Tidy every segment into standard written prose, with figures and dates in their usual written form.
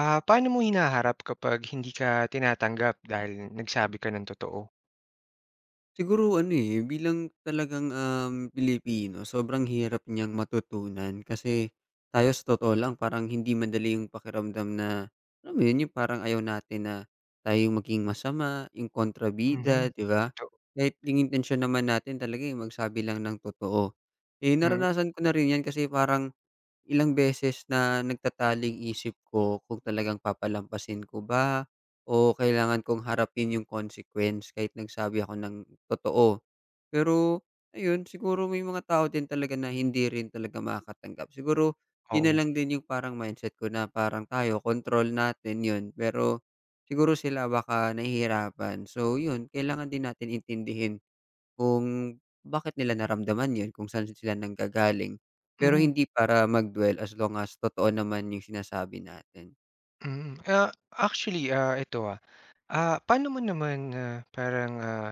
Paano mo hinaharap kapag hindi ka tinatanggap dahil nagsabi ka ng totoo? Siguro ano, eh, bilang talagang, Pilipino sobrang hirap niyang matutunan kasi tayo sa totoo lang parang hindi madali yung pakiramdam na, alam mo yun, yung parang ayaw natin na tayong maging masama, yung Mhm. kontrabida, 'di ba? Totoo. Kahit yung intensyon naman natin talaga, eh, magsabi lang ng totoo. Eh, Mm. naranasan ko na rin yan kasi parang ilang beses na nagtataling isip ko kung talagang papalampasin ko ba o kailangan kong harapin yung consequence kahit nagsabi ako ng totoo. Pero ayun, siguro may mga tao din talaga na hindi rin talaga makakatanggap. Siguro yun na Oo. lang din yung parang mindset ko na parang tayo, control natin yun. Pero siguro sila baka nahihirapan. So yun, kailangan din natin intindihin kung bakit nila naramdaman 'yun, kung saan sila nanggagaling. Pero Mm. hindi para mag-dwell as long as totoo naman yung sinasabi natin. Mm. Actually, ito, paano mo naman, parang, ah,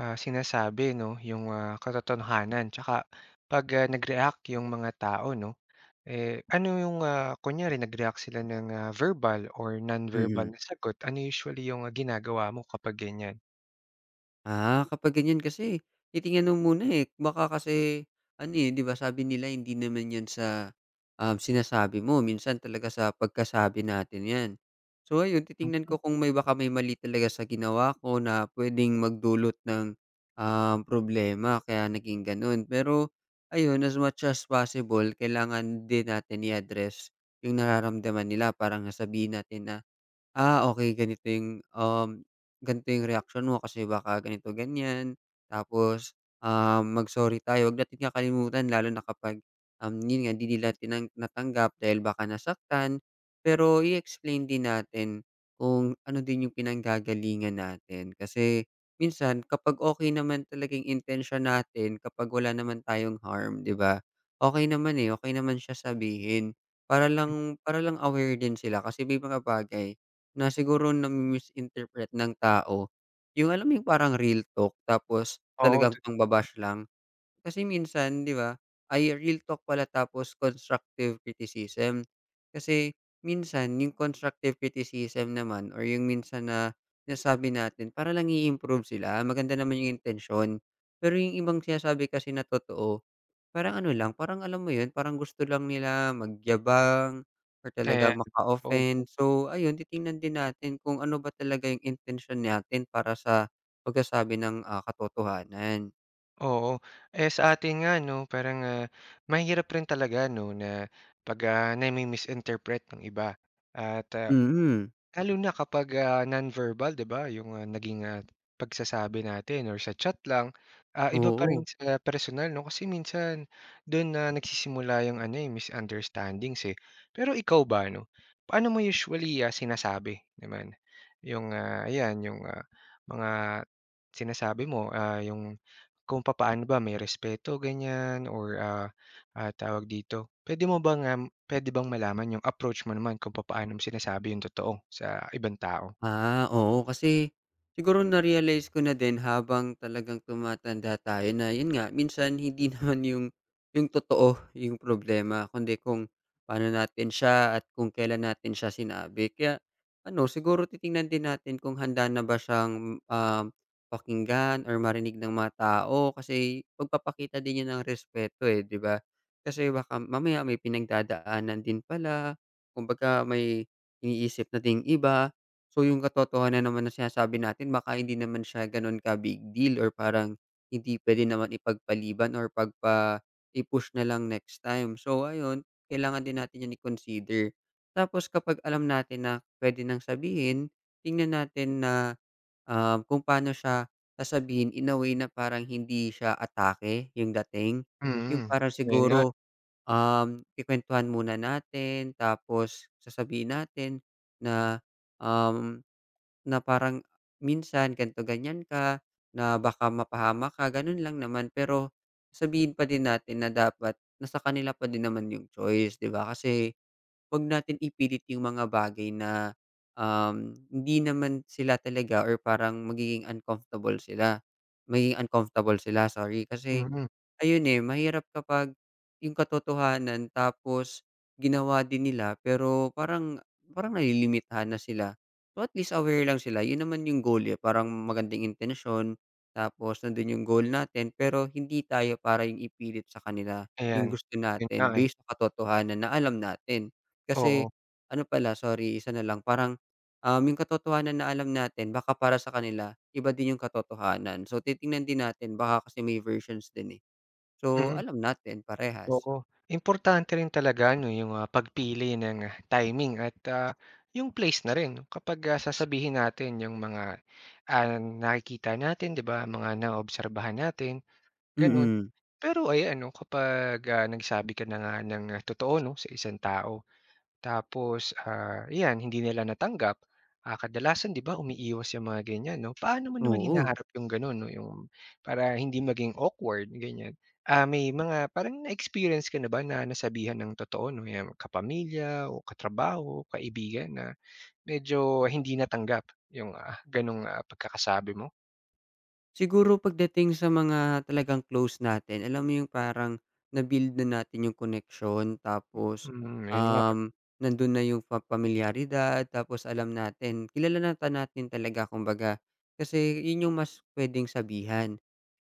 ah, sinasabi 'no yung, katotohanan tsaka 'pag, nag-react yung mga tao 'no, eh, ano yung, kunyari nag-react sila ng, verbal or non-verbal Mm. na sagot, ano usually yung, ginagawa mo kapag ganyan? Ah, kapag ganyan kasi titingnan mo muna, eh, baka kasi ano, eh, 'di ba sabi nila hindi naman 'yan sa, sinasabi mo minsan talaga sa pagkasabi natin 'yan. So ayun, titingnan ko kung may baka may mali talaga sa ginawa ko na puwedeng magdulot ng, problema kaya naging gano'n. Pero ayun, as much as possible kailangan din natin i-address yung nararamdaman nila. Parang sabihin natin na, ah, okay ganito yung, ganito yung reaksyon mo kasi baka ganito, ganyan. Tapos, mag-sorry tayo, huwag natin kakalimutan lalo na kapag, yun nga hindi nila tinang natanggap dahil baka nasaktan. Pero i-explain din natin kung ano din yung pinanggagalingan natin. Kasi minsan kapag okay naman talagang intention natin, kapag wala naman tayong harm, 'di ba? Okay naman, eh, okay naman siya sabihin para lang aware din sila kasi may mga bagay na siguro nami-misinterpret ng tao, yung alam mo yung parang real talk tapos Oo, talagang pang ba lang. Kasi minsan 'di ba, ay real talk pala tapos constructive criticism. Kasi minsan yung constructive criticism naman or yung minsan na sinasabi natin para lang i-improve sila, maganda naman yung intention. Pero yung ibang sinasabi kasi na totoo. Parang ano lang, parang alam mo yun, parang gusto lang nila magyabang or ayan, talagang oo. maka-offend. So, ayun titingnan din natin kung ano ba talaga yung intention natin para sa pagsasabi ng, katotohanan. Oo. Eh, sa atin nga 'no, parang, mahirap rin talaga 'no na 'pag, nami-misinterpret ng iba at, ah Mm, Lalo na kapag, non-verbal 'di ba yung, naging, pagsasabi natin or sa chat lang. Iba pa rin oo. sa personal 'no kasi minsan dun na nagsisimula yung ano, eh, misunderstandings, eh. Pero ikaw ba 'no, paano mo usually, sinasabi naman yung, ayan yung, mga sinasabi mo, yung kung papaano ba may respeto ganyan or, tawag dito, puwede bang malaman yung approach mo naman kung papaano mo sinasabi yung totoo sa ibang tao? Ah, oo kasi siguro na-realize ko na din habang talagang tumatanda tayo na yun nga minsan hindi naman yung totoo yung problema kundi kung paano natin siya at kung kailan natin siya sinabi. Kaya ano siguro titingnan din natin kung handa na ba siyang, pakinggan or marinig ng mga tao kasi pagpapakita din yun ng respeto, eh, 'di ba? Kasi baka mamaya may pinagdadaanan din pala kumbaga may iniisip na ding iba. So, yung katotohanan naman na sinasabi natin baka hindi naman siya gano'n ka-big deal or parang hindi puwede naman ipagpaliban or i-push na lang next time. So, ayun, kailangan din natin 'yan i-consider. Tapos kapag alam natin na puwede nang sabihin, tingnan natin na, kung paano siya sasabihin in a way na parang hindi siya atake yung dating. Yung Mm. parang Ayun nga. siguro, kukuwentuhan muna natin tapos sasabihin natin na, um na parang minsan ganito ganyan ka, na baka mapahamak ka, gano'n lang naman. Pero sabihin pa din natin na dapat nasa kanila pa din naman yung choice, 'di ba? Kasi 'wag natin ipilit yung mga bagay na, hindi naman sila talaga or parang magiging uncomfortable sila, sorry. Kasi Mm. ayun, eh, mahirap kapag yung katotohanan tapos ginawa din nila pero parang parang nalilimitahan na sila. So, at least aware lang sila, yun naman yung goal, eh, parang magandang intensyon tapos nandun yung goal natin pero hindi tayo para yung ipilit sa kanila yung Ayan. gusto Yun nga, natin eh. based sa katotohanan na alam natin. Kasi Oo. ano pala, sorry, isa na lang, parang, yung katotohanan na alam natin baka para sa kanila iba din yung katotohanan. So, titingnan din natin baka kasi may versions din, eh. So, Mm. alam natin parehas. Oo. Importante rin talaga ano yung, pagpili ng, timing at, yung place na rin no? Kapag, sasabihin natin yung mga, nakikita natin 'di ba, mga naobserbahan natin, gano'n. Mm. Pero ayan 'no kapag, nagsabi ka na nga ng, totoo 'no sa isang tao. Tapos, 'yan hindi nila natanggap, kadalasan 'di ba umiiwas yung mga ganyan 'no? Paano mo naman Oo. hinaharap yung gano'n 'no, yung para hindi maging awkward ganyan? May mga parang na-experience ka na ba na nasabihan ng totoo 'no, yung kapamilya o katrabaho, kaibigan na medyo hindi natanggap yung, gano'ng, pagkakasabi mo? Siguro pagdating sa mga talagang close natin, alam mo yung parang na-build na natin yung connection, tapos, Hmm, ayun nga. Nandun na yung pamilyaridad tapos alam natin, kilala na natin talaga kumbaga. Kasi yun yung mas puwedeng sabihan.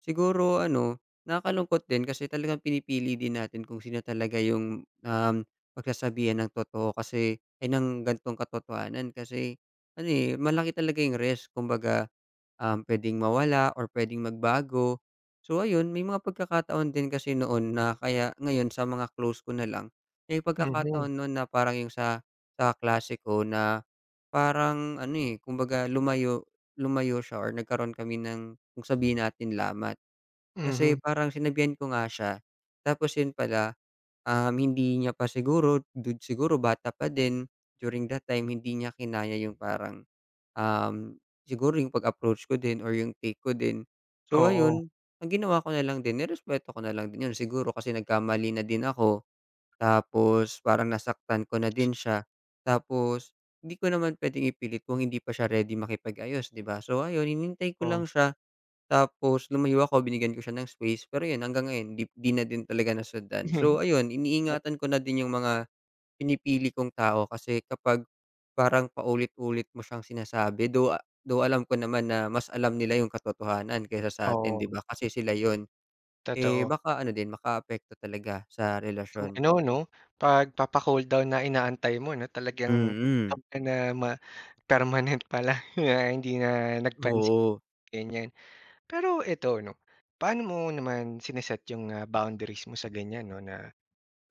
Siguro ano, nakakalungkot din kasi talagang pinipili din natin kung sino talaga yung, pagsasabihan ng totoo kasi ay ng gantong katotohanan kasi ano, eh, malaki talaga yung risk kumbaga. Puwedeng mawala or puwedeng magbago. So ayun, may mga pagkakataon din kasi noon na kaya ngayon sa mga close ko na lang, may Mhm. pagkakataon no'n na parang yung sa kaklase ko na parang ano, eh, kumbaga lumayo lumayo siya or nagkaroon kami ng kung sabihin natin lamat. Mhm. Kasi parang sinabihan ko nga siya, tapos yun pala, hindi niya pa siguro, dun siguro bata pa din, during that time hindi niya kinaya yung parang. Um, Siguro yung pag-approach ko din or yung take ko din. So Oo. ayun, ang ginawa ko na lang din nirespeto ko na lang din yun. Siguro kasi nagkamali na din ako, tapos parang nasaktan ko na din siya. Tapos hindi ko naman puwedeng ipilit kung hindi pa siya ready makipag-ayos, 'di ba? So ayun, hinintay ko Oo. lang siya, tapos lumayo ako, binigyan ko siya ng space, pero yun hanggang ngayon 'di na din talaga nasundan. So ayun, iniingatan ko na din yung mga pinipili kong tao kasi kapag parang paulit-ulit mo siyang sinasabi though alam ko naman na mas alam nila yung katotohanan kaysa sa atin 'di Oo, ba kasi sila yon. Eh, totoo. baka ano din makaapekto talaga sa Yung relasyon. ano 'no, pagpapa-cool down na inaantay mo 'no, talagang cool Mm. down ka na, ma permanent pala na hindi na nagpansin, Oo. ganyan. Pero ito 'no, paano mo naman sine-set yung, boundaries mo sa ganyan 'no na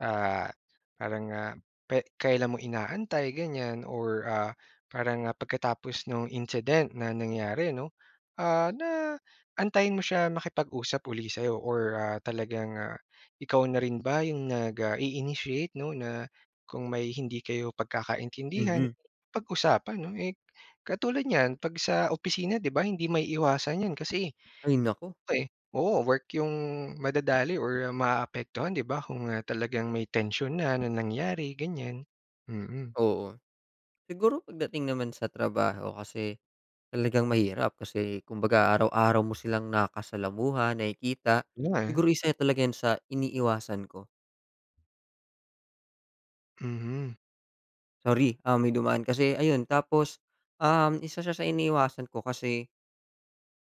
Ah, parang, ah, pe kailan mo inaantay ganyan or, parang, pagkatapos ng incident na nangyari 'no, na antayin mo siya makipag-usap uli sa'yo or, talagang, ikaw na rin ba yung i-initiate 'no na kung may hindi kayo pagkakaintindihan, Mm. pag-usapan 'no? Eh, katulad niyan 'pag sa opisina 'di ba hindi may maiiwasan 'yan kasi Ay naku, eh, oo, work yung madadali or maaapektuhan 'di ba kung, talagang may tension na na nangyari ganyan. Mm, oo. Siguro pagdating naman sa trabaho kasi talagang mahirap kasi kumbaga araw-araw mo silang nakakasalamuha, nakikita, yun nga, eh. siguro isa talaga yan sa iniiwasan ko. Mhm. Sorry, may dumaan kasi ayun tapos, isa siya sa iniiwasan ko kasi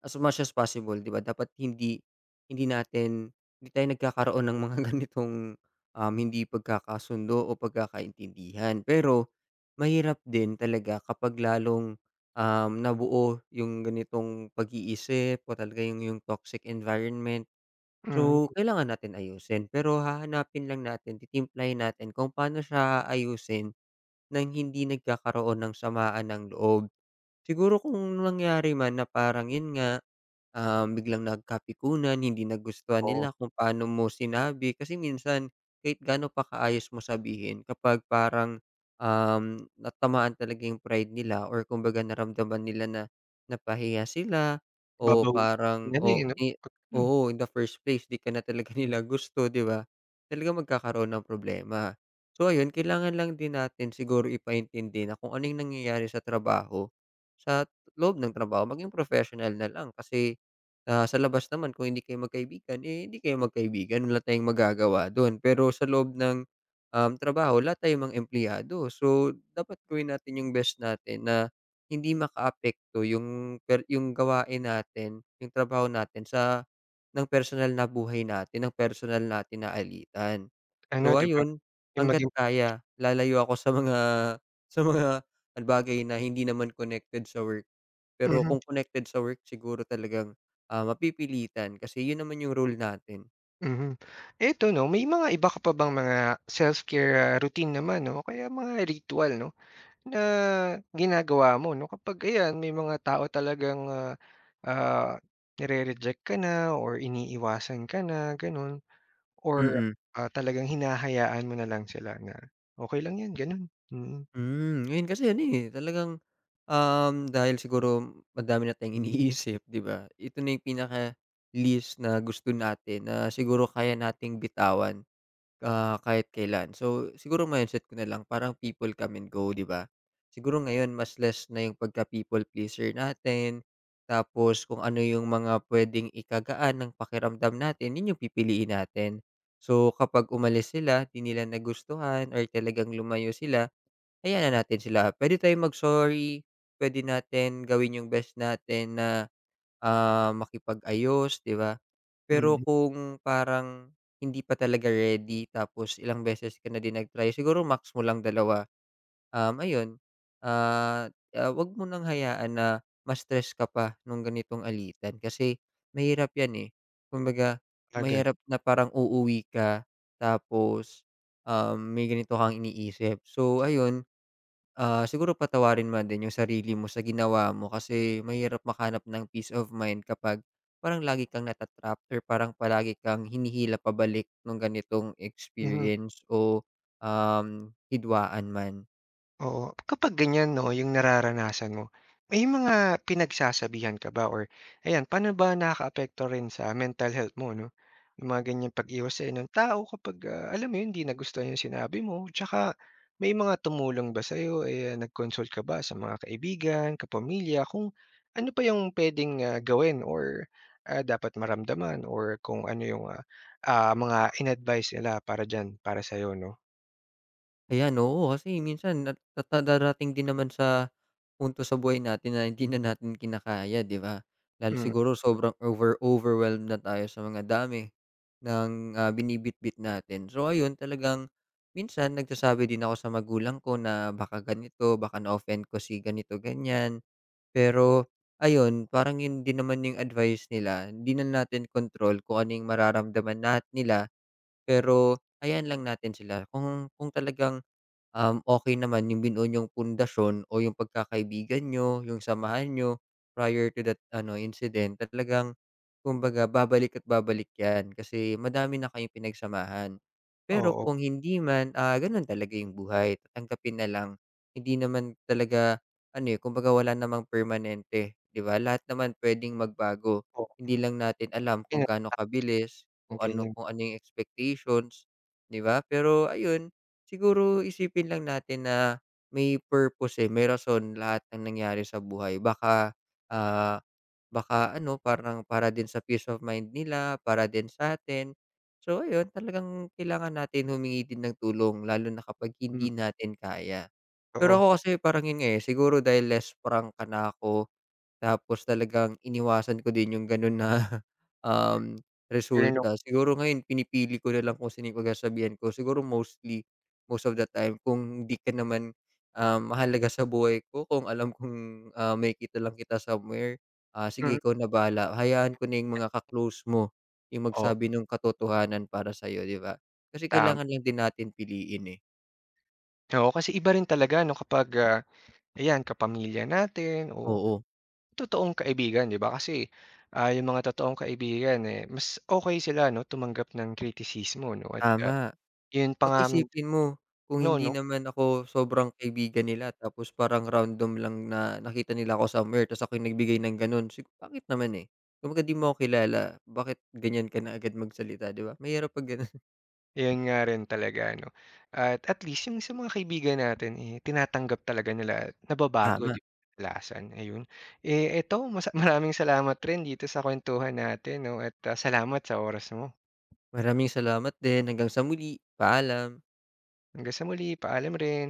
as much as possible 'di ba dapat hindi hindi natin hindi tayo nagkakaroon ng mga ganitong, hindi pagkakasundo o pagkakaintindihan. Pero mahirap din talaga kapag lalong, nabuo yung ganitong pag-iisip o talaga yung toxic environment. Hmm. So, kailangan natin ayusin pero hahanapin lang natin titimplahin natin kung paano siya ayusin nang hindi nagkakaroon ng samaan ng loob. Siguro kung nangyari man na parang yun nga, biglang nagkapikunan, hindi nagustuhan Oo, nila kung paano mo sinabi. Kasi minsan, kahit gaano pa kaayos mo sabihin, kapag parang natamaan talaga yung pride nila or kumbaga naramdaman nila na napahiya sila o babawi parang, na rin eh, o, 'no. Hmm, oo, in the first place, di ka na talaga nila gusto, di ba? Talaga magkakaroon ng problema. So, ayun, kailangan lang din natin siguro ipaintindi na kung anong nangyayari sa trabaho, sa loob ng trabaho, maging professional na lang. Kasi, sa labas naman kung hindi kayo magkaibigan, eh, hindi kayo magkaibigan wala tayong magagawa dun. Pero sa loob ng, trabaho lahat tayo mga empleyado. So, dapat gawin natin yung best natin na hindi makaapekto yung yung gawain natin, yung trabaho natin sa ng personal na buhay natin, ng personal natin na alitan. ano So, 'di ba ayun, yung hangga't maging. kaya lalayo ako sa mga sa mga bagay na hindi naman connected sa work. Pero Mhm. kung connected sa work siguro talagang, mapipilitan kasi yun naman yung role natin. Mhm. Eto 'no, may mga iba ka pa bang mga self-care, routine naman 'no o kaya mga ritwal 'no, na ginagawa mo 'no kapag ayan may mga tao talagang, ah, nire-reject ka na or iniiwasan ka na gano'n? Or, Mm. Talagang hinahayaan mo na lang sila na okey lang 'yan gano'n. Mm. Ngayon kasi ano, eh, talagang, dahil siguro madami na tayong iniisip, 'di ba? Ito na yung pinaka least na gusto natin na siguro kaya nating bitawan. Kahit kailan. So, siguro mindset ko na lang parang people come and go, 'di ba? Siguro ngayon mas less na yung pagka-people pleaser natin, tapos kung ano yung mga puwedeng ikagaan ng pakiramdam natin, yun yung pipiliin natin. So, kapag umalis sila, 'di nila nagustuhan or talagang lumayo sila, hayaan na natin sila. Puwede tayong mag-sorry, puwede natin gawin yung best natin na, makipag-ayos, 'di ba? Pero Mm. kung parang hindi pa talaga ready tapos ilang beses ka na din nag-try, siguro max mo lang dalawa. Ayun, ah, 'wag mo nang hayaan na ma-stress ka pa nung ganitong alitan kasi mahirap 'yan, eh. Kumbaga, Sabagay. mahirap na parang uuwi ka tapos, may ganito kang iniisip. So, ayun, siguro patawarin mo din yung sarili mo sa ginawa mo kasi mahirap makahanap ng peace of mind kapag parang lagi kang natatrap trap or parang palagi kang hinihila pabalik ng ganitong Mhm. experience o, hidwaan man. Oo, kapag ganyan 'no, yung nararanasan mo, may mga pinagsasabihan ka ba or ayan, paano ba nakakaapekto rin sa mental health mo 'no, yung mga ganyang pag-iwas sa'yo ng tao kapag, alam mo yun, hindi nagustuhan yung sinabi mo? Tsaka may mga tumulong ba sa'yo, eh, nag-consult ka ba sa mga kaibigan, kapamilya, kung ano pa yung puwedeng, gawin or, dapat maramdaman or kung ano yung, mga in-advice nila para diyan, para sa'yo 'no? Ayan, oo. Kasi minsan nat nata darating din naman sa punto sa buhay natin na hindi na natin kinakaya, 'di ba? Dahil Hmm. siguro sobrang overwhelmed na tayo sa mga dami ng, binibitbit natin. So ayun, talagang minsan nagsasabi din ako sa magulang ko na baka ganito, baka na-offend ko si ganito, ganyan. Pero ayun, parang yun din naman yung advice nila. Hindi na natin control kung ano yung mararamdaman nila, pero hayaan lang natin sila. Kung talagang, okey naman yung binuo yung pundasyon o yung pagkakaibigan niyo, yung samahan niyo prior to that ano incident talagang kumbaga babalik at babalik 'yan kasi madami na kayong pinagsamahan. Pero Oo. kung hindi man, gano'n talaga yung buhay, tatanggapin na lang. Hindi naman talaga ano, eh, kumbaga wala namang permanente, 'di ba? Lahat naman puwedeng magbago. Oo, Hindi lang natin alam kung ganyan, gaano kabilis, kung ano ganyan. kung ano yung expectations, 'di ba? Pero ayun, siguro isipin lang natin na may purpose, eh, may rason lahat ng nangyari sa buhay ah, baka ano parang para din sa peace of mind nila, para din sa'tin. So ayun, talagang kailangan natin humingi din ng tulong lalo na kapag Hmm, hindi natin kaya. Pero oo. ako kasi parang yun nga, eh, siguro dahil less prangka na ako tapos talagang iniwasan ko din yung gano'n na, um, Fear no. resulta. Siguro ngayon pinipili ko na lang kung sino yung pagsasabihan ko. Siguro mostly, most of the time kung di ka naman, mahalaga sa buhay ko, kung alam kong, makikita lang kita somewhere, sige Mm. ikaw na bahala. Hayaan ko na yung mga mo yung Oo, magsabi ng katotohanan para sa'yo, 'di ba? Kasi tama. kailangan lang din natin piliin, eh. Oo, kasi iba rin talaga 'no kapag, ayan kapamilya natin o Oo, totoong kaibigan 'di ba? Kasi, yung mga totoong kaibigan, eh, mas okey sila 'no tumanggap ng kritisismo 'no at, tama. yun pa Tsaka nga isipin mo, kung no hindi 'no, naman ako sobrang kaibigan nila tapos parang random lang na nakita nila ako somewhere tapos ako yung nagbigay ng gano'n, pangit naman, eh. Kumbaga 'di mo ako kilala, bakit ganyan ka na agad magsalita, 'di ba? Mahirap 'pag gano'n. yun nga rin talaga 'no. At least yung sa mga kaibigan natin, eh, tinatanggap talaga nila at nababago Tama. 'di ba kadalasan, ayun. Eh, eto maraming salamat rin dito sa kuwentuhan natin 'no at, salamat sa oras mo. Maraming salamat din. Hanggang sa muli. Paalam. Hanggang sa muli, paalam rin.